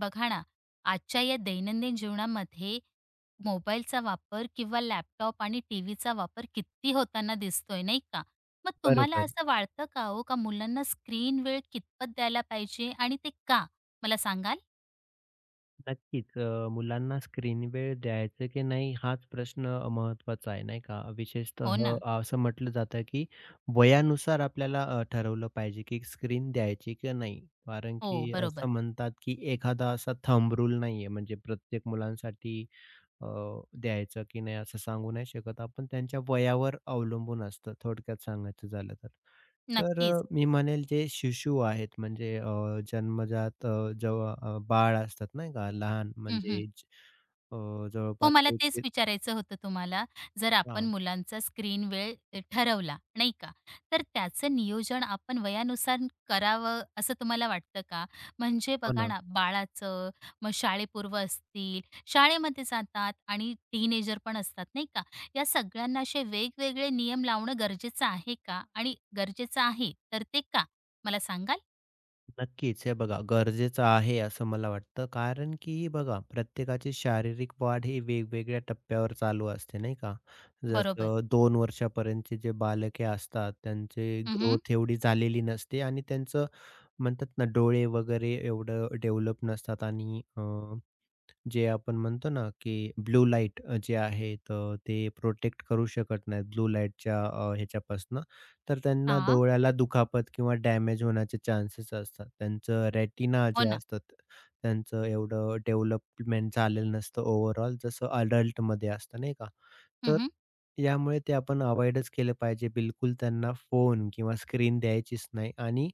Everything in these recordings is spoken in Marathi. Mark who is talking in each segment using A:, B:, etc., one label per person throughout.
A: बघा ना, आजच्या या दैनंदिन जीवनामध्ये मोबाईलचा वापर किंवा लॅपटॉप आणि टीव्हीचा वापर किती होताना दिसतोय, नाही का? मग तुम्हाला
B: बरोबर.
A: असं वाटतं का हो, का मुलांना स्क्रीन वेळ कितपत द्यायला पाहिजे आणि ते का? मला सांगाल?
B: नक्कीच. मुलांना स्क्रीन वेळ द्यायचं की नाही हाच प्रश्न महत्त्वाचा आहे, नाही का? विशेषतः
A: हो ना.
B: असं म्हटलं जातं की वयानुसार आपल्याला ठरवलं पाहिजे की स्क्रीन द्यायची की नाही. कारण
A: हो,
B: की
A: बरोबर.
B: असं म्हणतात की एखादा असा थंब रूल नाहीये म्हणजे प्रत्येक मुलांसाठी अ, द्यायचं की नाही असं सांगू नाही शकत आपण. त्यांच्या वयावर अवलंबून असतं थोडक्यात सांगायचं झालं तर. तर
A: नक्कीच.
B: मी म्हणेल जे शिशु आहेत म्हणजे जन्मजात जेव्हा बाळ असतात नाही का, लहान
A: हं,
B: म्हणजे
A: हो,
B: जवळपास
A: मला
B: एक
A: तेच
B: ते
A: विचारायचं होतं तुम्हाला. जर आपण
B: हां.
A: मुलांचा स्क्रीन वेळ ठरवला, नाही का? तर त्याचं नियोजन आपण वयानुसार करावं असं तुम्हाला वाटतं का? म्हणजे
B: हो
A: बघा
B: ना.
A: ना, बाळाचं, मग शाळेपूर्व असतील, शाळेमध्ये जातात आणि टीनेजर पण असतात, नाही का? या सगळ्यांना असे वेगवेगळे नियम लावणं गरजेचं आहे का? आणि गरजेचं आहे, तर ते का? मला सांगाल?
B: नक्कीच हे बघा गरजेचं आहे असं मला वाटतं, कारण की बघा प्रत्येकाची शारीरिक वाढ ही वेगवेगळ्या टप्प्यावर चालू असते नाही का.
A: बरोबर.
B: जसं 2 वर्षापर्यंतचे जे बालके असतात त्यांची
A: हं, हं.
B: ग्रोथ एवढी झालेली नसते आणि त्यांचं म्हणतात ना डोळे वगैरे एवढं डेव्हलप नसतात आणि जे आपण म्हणतो ना, की ब्लू लाईट जे आहे तर ते प्रोटेक्ट करू शकत नाहीत ब्लू लाईटच्या ह्याच्यापासनं. तर त्यांना डोळ्याला दुखापत किंवा डॅमेज होण्याचे चान्सेस असतात. त्यांचं रेटिना
A: हो
B: जे
A: ना.
B: असतात, त्यांचं एवढं डेव्हलपमेंट झालेलं नसतं ओव्हरऑल जसं अडल्टमध्ये असतं नाही का? तर
A: हं,
B: यामुळे ते आपण अव्हॉइडच केलं पाहिजे. बिलकुल त्यांना फोन किंवा स्क्रीन द्यायचीच नाही आणि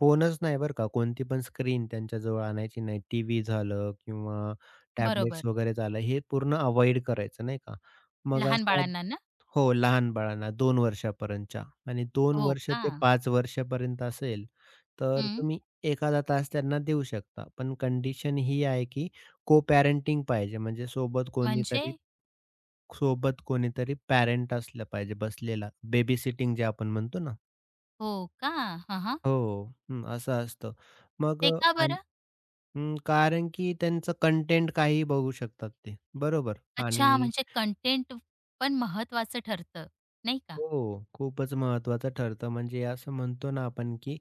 B: फोनच नाही बरं का, कोणती पण स्क्रीन त्यांच्याजवळ आणायची नाही. टीव्ही झालं किंवा
A: बरोबर.
B: टॅब्लेट्स वगैरे झालं, हे पूर्ण अव्हॉइड करायचं नाही का. मग
A: लहान
B: असतात.
A: बाळांना ना?
B: हो, लहान बाळांना 2 वर्षापर्यंतच्या आणि 2
A: हो
B: वर्ष
A: का?
B: ते 5 वर्षापर्यंत असेल, तर
A: हं.
B: तुम्ही एखादा तास त्यांना देऊ शकता. पण कंडिशन ही आहे, की को-पॅरेंटिंग पाहिजे. म्हणजे सोबत
A: म्हणजे?
B: कोणीतरी सोबत कोणीतरी पॅरेंट असलं पाहिजे बसलेला. बेबी सिटिंग जे आपण म्हणतो ना.
A: हो का? हां, हां.
B: हो, हं, असं असतं. मग
A: ते का बरं?
B: हं, कारण की त्यांचं कंटेंट काहीही बघू शकतात ते. बरोबर.
A: अच्छा,
B: आणि
A: म्हणजे कंटेंट पण महत्त्वाचं ठरतं, नाही का?
B: हो, खूपच महत्त्वाचं ठरतं. म्हणजे असं म्हणतो ना आपण की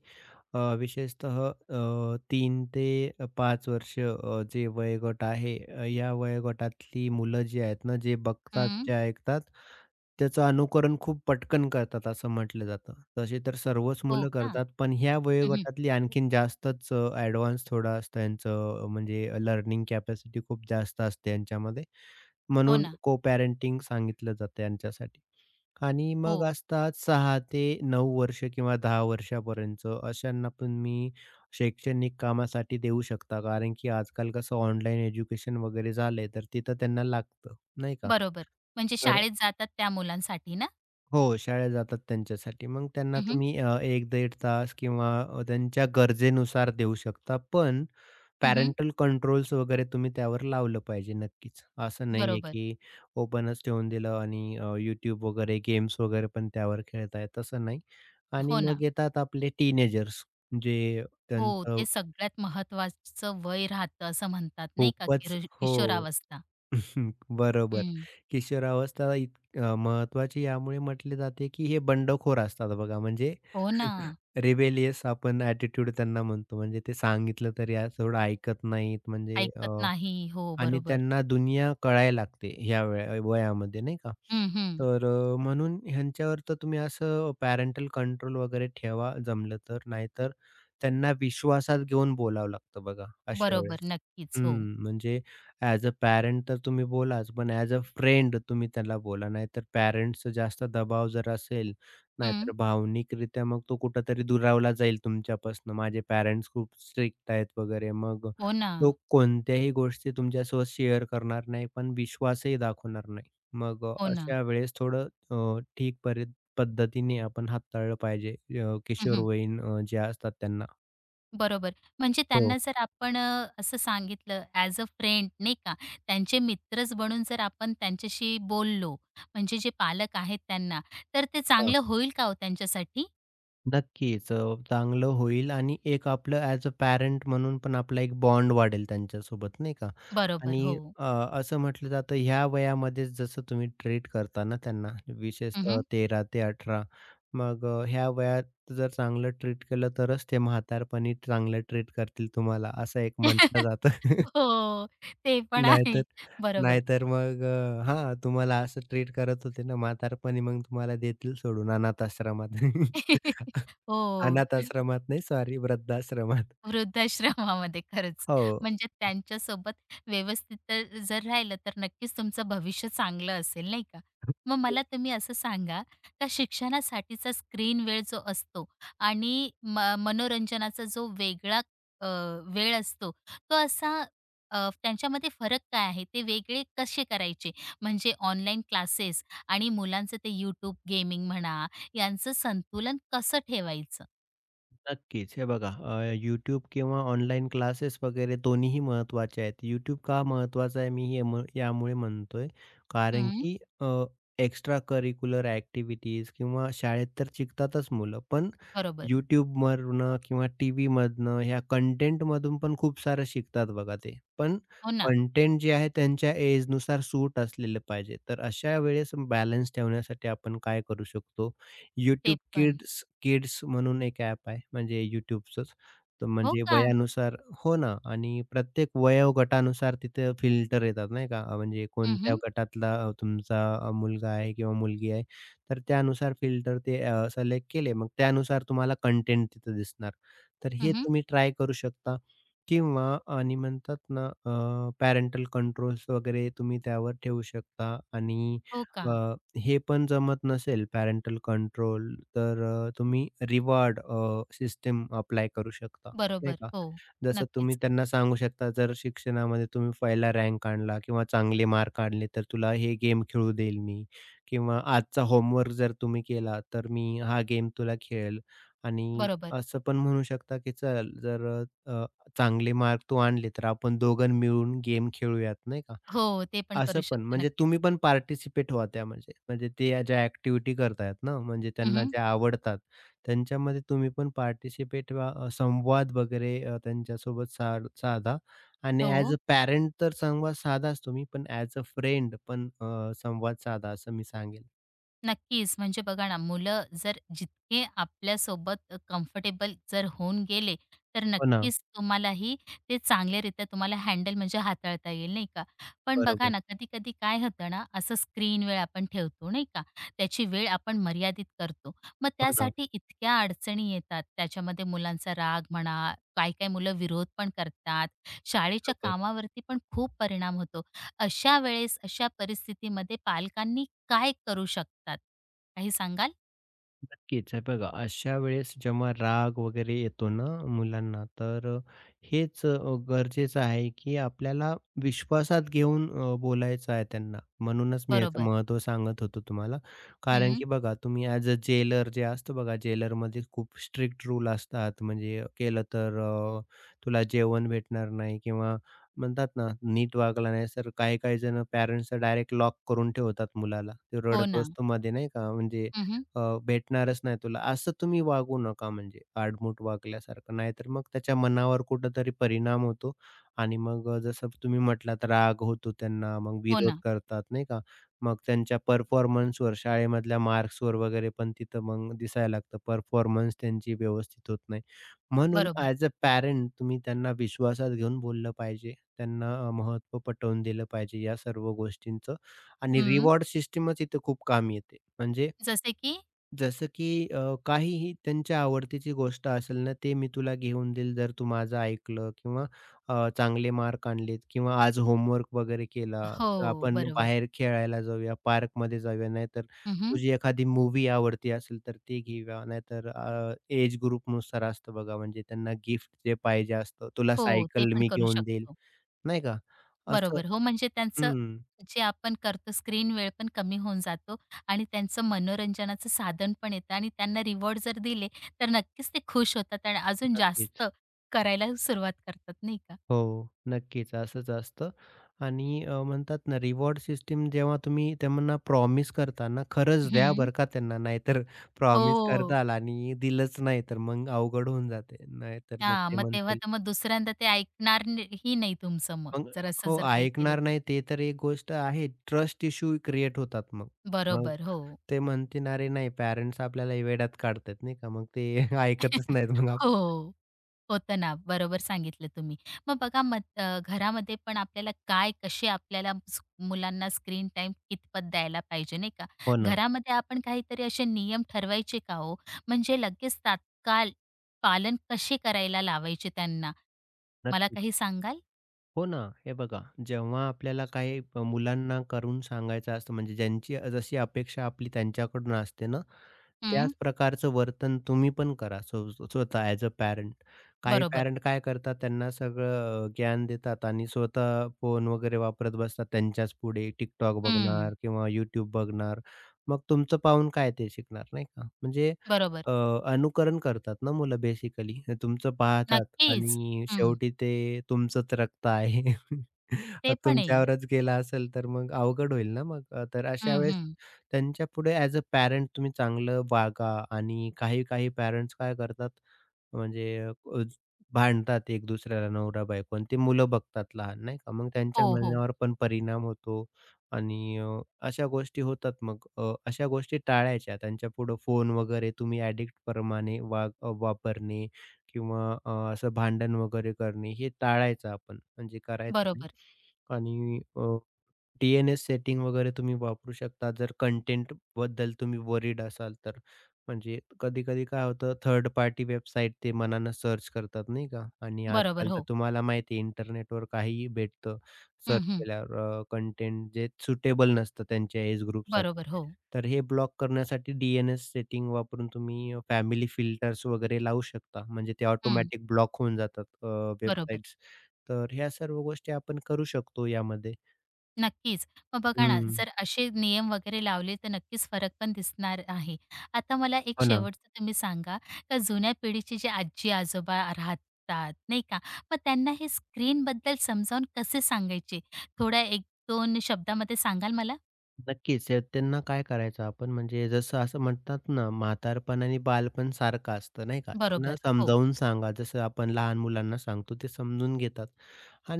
B: विशेषतः 3 ते 5 वर्ष जे वयोगट आहे, या वयोगटातली मुलं जी आहेत ना, जे बघतात,
A: हं.
B: जे ऐकतात, त्याचं अनुकरण खूप पटकन करतात असं म्हटलं जातं. तसे तर सर्वच
A: हो
B: मुलं
A: का?
B: करतात, पण ह्या
A: हं,
B: वयोगटातली आणखीन जास्तच ॲडव्हान्स थोडं असतं यांचं, म्हणजे लर्निंग कॅपॅसिटी खूप जास्त असते यांच्यामध्ये.
A: हो
B: म्हणून
A: ना.
B: को पॅरेंटिंग सांगितलं जातं यांच्यासाठी. आणि
A: हो,
B: मग असतात 6 ते 9 वर्ष किंवा 10 वर्षापर्यंत, अशांना तुम्ही शैक्षणिक कामासाठी देऊ शकता. कारण की आजकाल कसं ऑनलाईन एज्युकेशन वगैरे झालंय, तर तिथं त्यांना लागतं, नाही का?
A: बरोबर. म्हणजे
B: तर
A: शाळेत जातात त्या मुलांसाठी ना?
B: हो, शाळेत जातात त्यांच्यासाठी. मग त्यांना
A: हं, हं.
B: तुम्ही 1-1.5 तास किंवा त्यांच्या गरजेनुसार देऊ शकता. पण पॅरेंटल कंट्रोल्स वगैरे तुम्ही त्यावर लावलं पाहिजे नक्कीच. असं नाहीये
A: बरोबर.
B: की ओपनच ठेवून दिलं आणि YouTube वगैरे गेम्स वगैरे पण त्यावर खेळतायत तसं नाही. आणि
A: हो ना.
B: मग येतात आपले टीनेजर्स, जे
A: हो,
B: त्यांचं
A: ते सगळ्यात महत्त्वाचं वय राहतं असं म्हणतात, नाही का?
B: खूपच.
A: किरो
B: हो.
A: किशोरावस्था.
B: बरोबर.
A: हं.
B: किशोरावस्था महत्त्वाची यामुळे म्हटले जाते, की हे बंडखोर असतात बघा, म्हणजे
A: हो ना.
B: रिबेलियस आपण ॲटिट्यूड त्यांना म्हणतो. म्हणजे ते सांगितलं तरी थोडं ऐकत नाहीत म्हणजे
A: ऐकत नाही. हो,
B: आणि
A: बरोबर.
B: त्यांना दुनिया कळायला लागते ह्या वयामध्ये नाही का?
A: हं, हं.
B: तर म्हणून ह्यांच्यावर तर तुम्ही असं पॅरेंटल कंट्रोल वगैरे ठेवा जमलं तर. नाहीतर त्यांना विश्वासात घेऊन बोलावं लागतं बघा अशा वेळेस.
A: बरोबर. नक्कीच. हो.
B: हं, म्हणजे ॲज अ पॅरेंट तर तुम्ही बोलाच, पण ॲज अ फ्रेंड तुम्ही त्याला बोला. नाहीतर पॅरेंट्सचा जास्त दबाव जर असेल,
A: हं.
B: नाहीतर भावनिकरित्या मग तो कुठेतरी दुरावला जाईल तुमच्यापासून. माझे पॅरेंट्स खूप स्ट्रिक्ट आहेत वगैरे. मग
A: हो ना.
B: तो कोणत्याही गोष्टी तुमच्यासोबत शेअर करणार नाही, पण विश्वासही दाखवणार नाही. मग
A: हो ना.
B: अशा वेळेस थोडं ठीक परी पद्धतीने आपण हाताळलं पाहिजे किशोरवयीन जे असतात त्यांना.
A: बरोबर. म्हणजे त्यांना
B: हो.
A: जर आपण असं सांगितलं ॲज अ फ्रेंड नाही का, त्यांचे मित्रच बनून जर आपण त्यांच्याशी बोललो, म्हणजे जे पालक आहेत त्यांना, तर ते चांगलं होईल का हो त्यांच्यासाठी?
B: नक्कीच. चांगलं होईल आणि एक आपलं ॲज अ पॅरेंट म्हणून पण आपला एक बॉन्ड वाढेल त्यांच्यासोबत नाही का?
A: बरोबर, हो.
B: आणि असं म्हटलं जातं ह्या वयामध्येच जसं तुम्ही ट्रीट करता ना त्यांना, विशेषतः
A: हं,
B: 13 ते 18. मग ह्या वयात जर चांगलं ट्रीट केलं तरच ते म्हातारपणी चांगलं ट्रीट करतील तुम्हाला, असं एक म्हटलं जातं.
A: हो, ते पण आहे.
B: नाहीतर
A: बरोबर.
B: नाहीतर मग हां, तुम्हाला असं ट्रीट करत होते ना म्हातारपणी, मग तुम्हाला देतील सोडून अनाथ आश्रमात.
A: हो.
B: अनाथ आश्रमात नाही, सॉरी वृद्धाश्रमात.
A: वृद्धाश्रमामध्ये खरंच.
B: हो.
A: म्हणजे त्यांच्यासोबत व्यवस्थित जर राहिलं तर नक्कीच तुमचं भविष्य चांगलं असेल, नाही का? मग मला तुम्ही असं सांगा का शिक्षणासाठीचा स्क्रीन वेळ जो असतो आणि मनोरंजनाचा जो वेगळा अ, वेळ असतो, तो असा त्यांच्यामध्ये फरक काय आहे? ते वेगळे कसे करायचे? म्हणजे ऑनलाईन क्लासेस आणि मुलांचं ते YouTube गेमिंग म्हणा, यांचं संतुलन कसं ठेवायचं?
B: नक्कीच. हे बघा, YouTube किंवा ऑनलाईन क्लासेस वगैरे दोन्हीही महत्त्वाचे आहेत. YouTube का महत्त्वाचा आहे मी हे यामुळे म्हणतोय, कारण
A: हं,
B: की एक्स्ट्रा करिक्युलर ॲक्टिव्हिटीज किंवा शाळेत तर शिकतातच मुलं, पण
A: बरोबर.
B: YouTubeवरनं किंवा टीव्हीमधनं ह्या कंटेंटमधून पण खूप सारं शिकतात बघा ते. पण
A: हो ना.
B: कंटेंट जे आहे त्यांच्या एजनुसार सूट असलेलं पाहिजे. तर अशा वेळेस बॅलन्स ठेवण्यासाठी आपण काय करू शकतो?
A: ते
B: YouTube
A: पण.
B: Kids Kids म्हणून एक ॲप आहे, म्हणजे YouTubeचंच. तर
A: हो
B: म्हणजे
A: का?
B: वयानुसार, हो ना, आणि प्रत्येक वयोगटानुसार तिथे फिल्टर येतात नाही का, म्हणजे
A: हं,
B: कोणत्या
A: हं.
B: गटातला तुमचा मुलगा आहे किंवा मुलगी आहे. तर त्यानुसार फिल्टर ते सिलेक्ट केले, मग त्यानुसार तुम्हाला कंटेंट तिथे दिसणार. तर हे तुम्ही ट्राय करू शकता किंवा, आणि म्हणतात ना, पॅरेंटल कंट्रोल्स वगैरे तुम्ही त्यावर ठेवू शकता. आणि
A: हो का?
B: हे पण जमत नसेल पॅरेंटल कंट्रोल, तर तुम्ही रिवॉर्ड सिस्टम अप्लाय करू शकता, नाही
A: बरोबर.
B: का.
A: हो.
B: जसं तुम्ही
A: नक्कीच.
B: त्यांना सांगू शकता, जर शिक्षणामध्ये तुम्ही पहिला रँक आणला किंवा चांगले मार्क आणले, तर तुला हे गेम खेळू देईल मी, किंवा आजचा होमवर्क जर तुम्ही केला, तर मी हा गेम तुला खेळेल. आणि
A: बरोबर.
B: असं पण म्हणू शकता, की चल जर अ, चांगले मार्क तू आणले, तर आपण दोघं मिळून गेम खेळूयात, नाही का.
A: हो, ते पण करू
B: असं पण,
A: शकतो.
B: म्हणजे
A: नक्कीच.
B: तुम्ही पण पार्टिसिपेट व्हा त्यामध्ये. म्हणजे म्हणजे ते या ज्या ॲक्टिव्हिटी करतायत ना, म्हणजे त्यांना
A: हं,
B: ज्या आवडतात, त्यांच्यामध्ये तुम्ही पण पार्टिसिपेट व्हा. संवाद वगैरे त्यांच्यासोबत साधा. आणि ॲज
A: हो.
B: अ पॅरेंट तर संवाद साधाच तुम्ही, पण ॲज अ फ्रेंड पण संवाद साधा असं मी सांगेल.
A: नक्कीच. म्हणजे बघा ना, मुलं जर जितके आपल्यासोबत कम्फर्टेबल जर होऊन गेले, तर
B: हो ना.
A: नक्कीच तुम्हालाही ते चांगल्यारीत्या तुम्हाला हँडल म्हणजे हाताळता येईल, नाही का? पण बघा
B: बरोबर.
A: ना, कधी-कधी काय होतं ना, असं स्क्रीन वेळ आपण ठेवतो, नाही का? त्याची वेळ आपण मर्यादित करतो. मग
B: हो ना.
A: त्यासाठी इतक्या अडचणी येतात. त्याच्यामध्ये मुलांचा राग म्हणा, काही-काही मुलं विरोध पण करतात. शाळेच्या
B: बरोबर.
A: कामावरती पण खूप परिणाम होतो. अशा वेळेस, अशा परिस्थितीमध्ये पालकांनी काय करू शकतात? काही सांगाल?
B: नक्कीच. हे बघा, अशा वेळेस जेव्हा राग वगैरे येतो ना मुलांना, तर हेच गरजेचं आहे, की आपल्याला विश्वासात घेऊन बोलायचं आहे त्यांना. म्हणूनच मी याचं
A: बरोबर.
B: महत्त्व सांगत होतो तुम्हाला. कारण
A: हं.
B: की बघा, तुम्ही ॲज अ जेलर जे असतो बघा, जेलरमध्ये खूप स्ट्रिक्ट रूल असतात. म्हणजे केलं तर तुला जेवण भेटणार नाही, किंवा म्हणतात ना, नीट वागला नाही तर काही-काही जण पॅरेंट्स डायरेक्ट लॉक करून ठेवतात मुलाला. ते
A: हो
B: रडत
A: ना.
B: बसतो मध्ये नाही का, म्हणजे
A: हं,
B: अ, भेटणारच नाही तुला, असं तुम्ही वागू नका म्हणजे आडमुठ वागल्यासारखं. नाहीतर मग त्याच्या मनावर कुठेतरी परिणाम होतो. आणि मग जसं तुम्ही म्हटलात राग होतो त्यांना, मग
A: हो
B: विरोध
A: ना.
B: करतात नाही का? मग त्यांच्या परफॉर्मन्सवर, शाळेमधल्या मार्क्सवर वगैरे पण तिथं मग दिसायला लागतं. परफॉर्मन्स त्यांची व्यवस्थित होत नाही. म्हणून
A: बरोबर.
B: ॲज अ पॅरेंट तुम्ही त्यांना विश्वासात घेऊन बोललं पाहिजे. त्यांना महत्त्व पटवून दिलं पाहिजे या सर्व गोष्टींचं. आणि
A: हं.
B: रिवॉर्ड सिस्टमच इथे खूप कामी येते. म्हणजे
A: जसे की
B: जसं की काहीही त्यांच्या आवडतीची गोष्ट असेल ना, ते मी तुला घेऊन देईल जर तू माझं ऐकलं, किंवा चांगले मार्क आणलेत किंवा आज होमवर्क वगैरे केला, तर
A: हो,
B: आपण
A: बरोबर.
B: बाहेर खेळायला जाऊया, पार्कमध्ये जाऊया. नाहीतर
A: हं,
B: तुझी एखादी मूव्ही आवडती असेल तर ती घेऊया. नाहीतर एज ग्रुपनुसार असतं बघा, म्हणजे त्यांना गिफ्ट जे पाहिजे असतं, तुला
A: हो, ते
B: सायकल
A: पण
B: मी
A: करू
B: घेऊन देईल,
A: शकतो.
B: नाही का? असं.
A: बरोबर. हो, म्हणजे त्यांचं
B: हं,
A: जे आपण करतो स्क्रीन वेळ पण कमी होऊन जातो आणि त्यांचं मनोरंजनाचं साधन पण येतं आणि त्यांना रिवॉर्ड जर दिले, तर नक्कीच ते खुश होतात आणि अजून जास्त
B: नक्कीच.
A: करायला सुरुवात करतात, नाही का?
B: हो, नक्कीच असंच असतं. आणि म्हणतात ना, रिवॉर्ड सिस्टम जेव्हा तुम्ही त्यांना प्रॉमिस करता ना, खरंच द्या
A: हं.
B: बरं का त्यांना, नाहीतर प्रॉमिस
A: हो.
B: करताल आणि दिलंच नाही तर मग अवघड होऊन जाते. नाहीतर मग
A: हां,
B: ते
A: मग तेव्हा
B: म्हणतील.
A: तर मग दुसऱ्यांदा ते ऐकणार न ही नाही तुमचं मग,
B: मग
A: जर असं
B: हो,
A: जर काही केलं
B: ऐकणार
A: तर.
B: नाही ते तर एक गोष्ट आहे. ट्रस्ट इश्यू क्रिएट होतात मग. मग
A: बरोबर, हो.
B: ते म्हणतील, "अरे नाही, पॅरेंट्स आपल्याला वेड्यात काढतायत," नाही का? मग ते ऐकतच नाहीत मग
A: हो.
B: आपलं.
A: होतं ना, बरोबर सांगितलं तुम्ही. मग बघा मग घरामध्ये पण आपल्याला काय, कसे आपल्याला मुलांना स्क्रीन टाइम कितपत द्यायला पाहिजे, नाही का?
B: हो ना,
A: घरामध्ये आपण काहीतरी असे नियम ठरवायचे का हो? म्हणजे लगेच तात्काळ पालन कसे करायला लावायचे त्यांना? मला
B: नक्कीच.
A: काही सांगाल?
B: हो ना. हे बघा, जेव्हा आपल्याला काही मुलांना करून सांगायचं असतं, म्हणजे ज्यांची जशी अपेक्षा आपली त्यांच्याकडून असते ना, त्याच
A: हं,
B: प्रकारचं वर्तन तुम्ही पण करा स्वतः ॲज अ पॅरेंट. काही
A: बरोबर.
B: पॅरेंट काय करतात, त्यांना सगळं ज्ञान देतात आणि स्वतः फोन वगैरे वापरत बसतात त्यांच्याच पुढे, TikTok
A: हं,
B: बघणार किंवा YouTube बघणार. मग तुमचं पाहून काय ते शिकणार नाही का? म्हणजे
A: बरोबर.
B: अ, अनुकरण करतात ना मुलं बेसिकली. हे तुमचं पाहतात
A: नक्कीच.
B: आणि
A: हं,
B: शेवटी ते तुमचंच रक्त आहे.
A: ते पण आहे.
B: तुमच्यावरच गेला असेल तर मग अवघड होईल ना मग. तर अशा
A: हं,
B: वेळेस
A: हं.
B: त्यांच्यापुढे ॲज अ पॅरंट तुम्ही चांगलं वागा. आणि काही पॅरेंट्स काय करतात, म्हणजे भांडतात एक दुसऱ्याला नवरा बायको, आणि ते मुलं बघतात लहान नाही का. मग त्यांच्या
A: हो, हो.
B: मनावर पण परिणाम होतो. आणि अशा गोष्टी होतात मग. अशा गोष्टी टाळायच्या. त्यांच्यापुढं फोन वगैरे तुम्ही ॲडिक्टप्रमाणे वापरणे किंवा असं भांडण वगैरे करणे, हे टाळायचं आपण, म्हणजे करायचं नाही.
A: बरोबर.
B: आणि डी-एन-एस सेटिंग वगैरे तुम्ही वापरू शकता जर कंटेंटबद्दल तुम्ही वरीड असाल तर. म्हणजे कधी-कधी काय होतं, थर्ड पार्टी वेबसाईट ते मनानं सर्च करतात नाही का, आणि
A: बरोबर,
B: आजकाल तर
A: हो.
B: तुम्हाला माहिती आहे इंटरनेटवर काहीही भेटतं.
A: हं,
B: सर्च
A: हं.
B: केल्यावर कंटेंट जे सुटेबल नसतं त्यांच्या एज ग्रुपसाठी.
A: बरोबर, हो.
B: तर हे ब्लॉक करण्यासाठी डी एन सेटिंग वापरून तुम्ही फॅमिली फिल्टर्स वगैरे लावू शकता. म्हणजे ते
A: हं.
B: ऑटोमॅटिक ब्लॉक होऊन जातात
A: बरोबर.
B: वेबसाईट्स. तर ह्या सर्व गोष्टी आपण करू शकतो यामध्ये.
A: नक्कीच. मग बघा ना,
B: हं.
A: जर असे नियम वगैरे लावले तर नक्कीच फरक पण दिसणार आहे. आता मला एक
B: हो ना.
A: शेवटचं तुम्ही सांगा, का जुन्या पिढीचे जे आजी-आजोबा राहतात, नाही का, मग त्यांना हे स्क्रीनबद्दल समजावून कसे सांगायचे? थोड्या 1-2 शब्दामध्ये सांगाल मला?
B: नक्कीच. त्यांना काय करायचं आपण, म्हणजे जसं असं म्हणतात ना, म्हातारपण आणि बालपण सारखं असतं नाही का? त्यांना
A: बरोबर. हो.
B: समजावून सांगा. जसं आपण लहान मुलांना सांगतो ते समजून घेतात.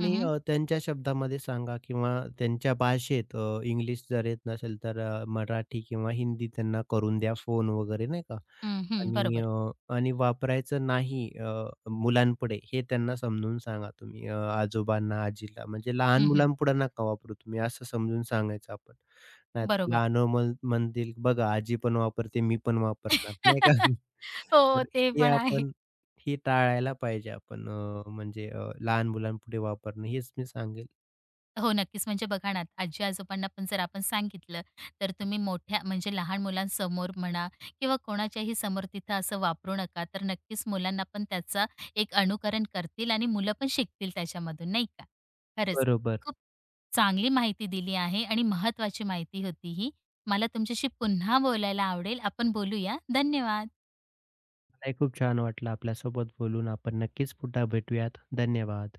A: हं, हं.
B: त्यांच्या शब्दामध्ये सांगा किंवा त्यांच्या भाषेत, इंग्लिश जर येत नसेल तर मराठी किंवा हिंदी त्यांना करून द्या फोन वगैरे नाही का?
A: हं, हं.
B: आणि
A: बरोबर.
B: आणि वापरायचं नाही मुलांपुढे, हे त्यांना समजून सांगा तुम्ही, आजोबांना, आजीला, म्हणजे लहान
A: हं, हं.
B: मुलांपुढे नका वापरू तुम्ही, असं समजून सांगायचं आपण. नाहीतर
A: बरोबर.
B: लहानं म्हणतील, "बघा आजी पण वापरते, मी पण वापरणार." नाही का?
A: हो,
B: तर
A: ते
B: हे
A: पण आहे.
B: आपण ही टाळायला पाहिजे आपण, म्हणजे लहान मुलांपुढे वापरणं हेच मी सांगेल.
A: हो, नक्कीच. म्हणजे बघा ना, आजी-आजोबांना पण जर आपण सांगितलं, तर तुम्ही मोठ्या म्हणजे लहान मुलांसमोर म्हणा किंवा कोणाच्याही समोर तिथं असं वापरू नका. तर नक्कीच मुलांना पण त्याचा एक अनुकरण करतील आणि मुलं पण शिकतील त्याच्यामधून, नाही का? खरंच
B: बरोबर.
A: खूप चांगली माहिती दिली आहे आणि महत्त्वाची माहिती होती ही. मला तुमच्याशी पुन्हा बोलायला आवडेल. आपण बोलूया. धन्यवाद.
B: मलाही खूप छान वाटलं आपल्यासोबत बोलून. आपण नक्कीच पुन्हा भेटूयात. धन्यवाद.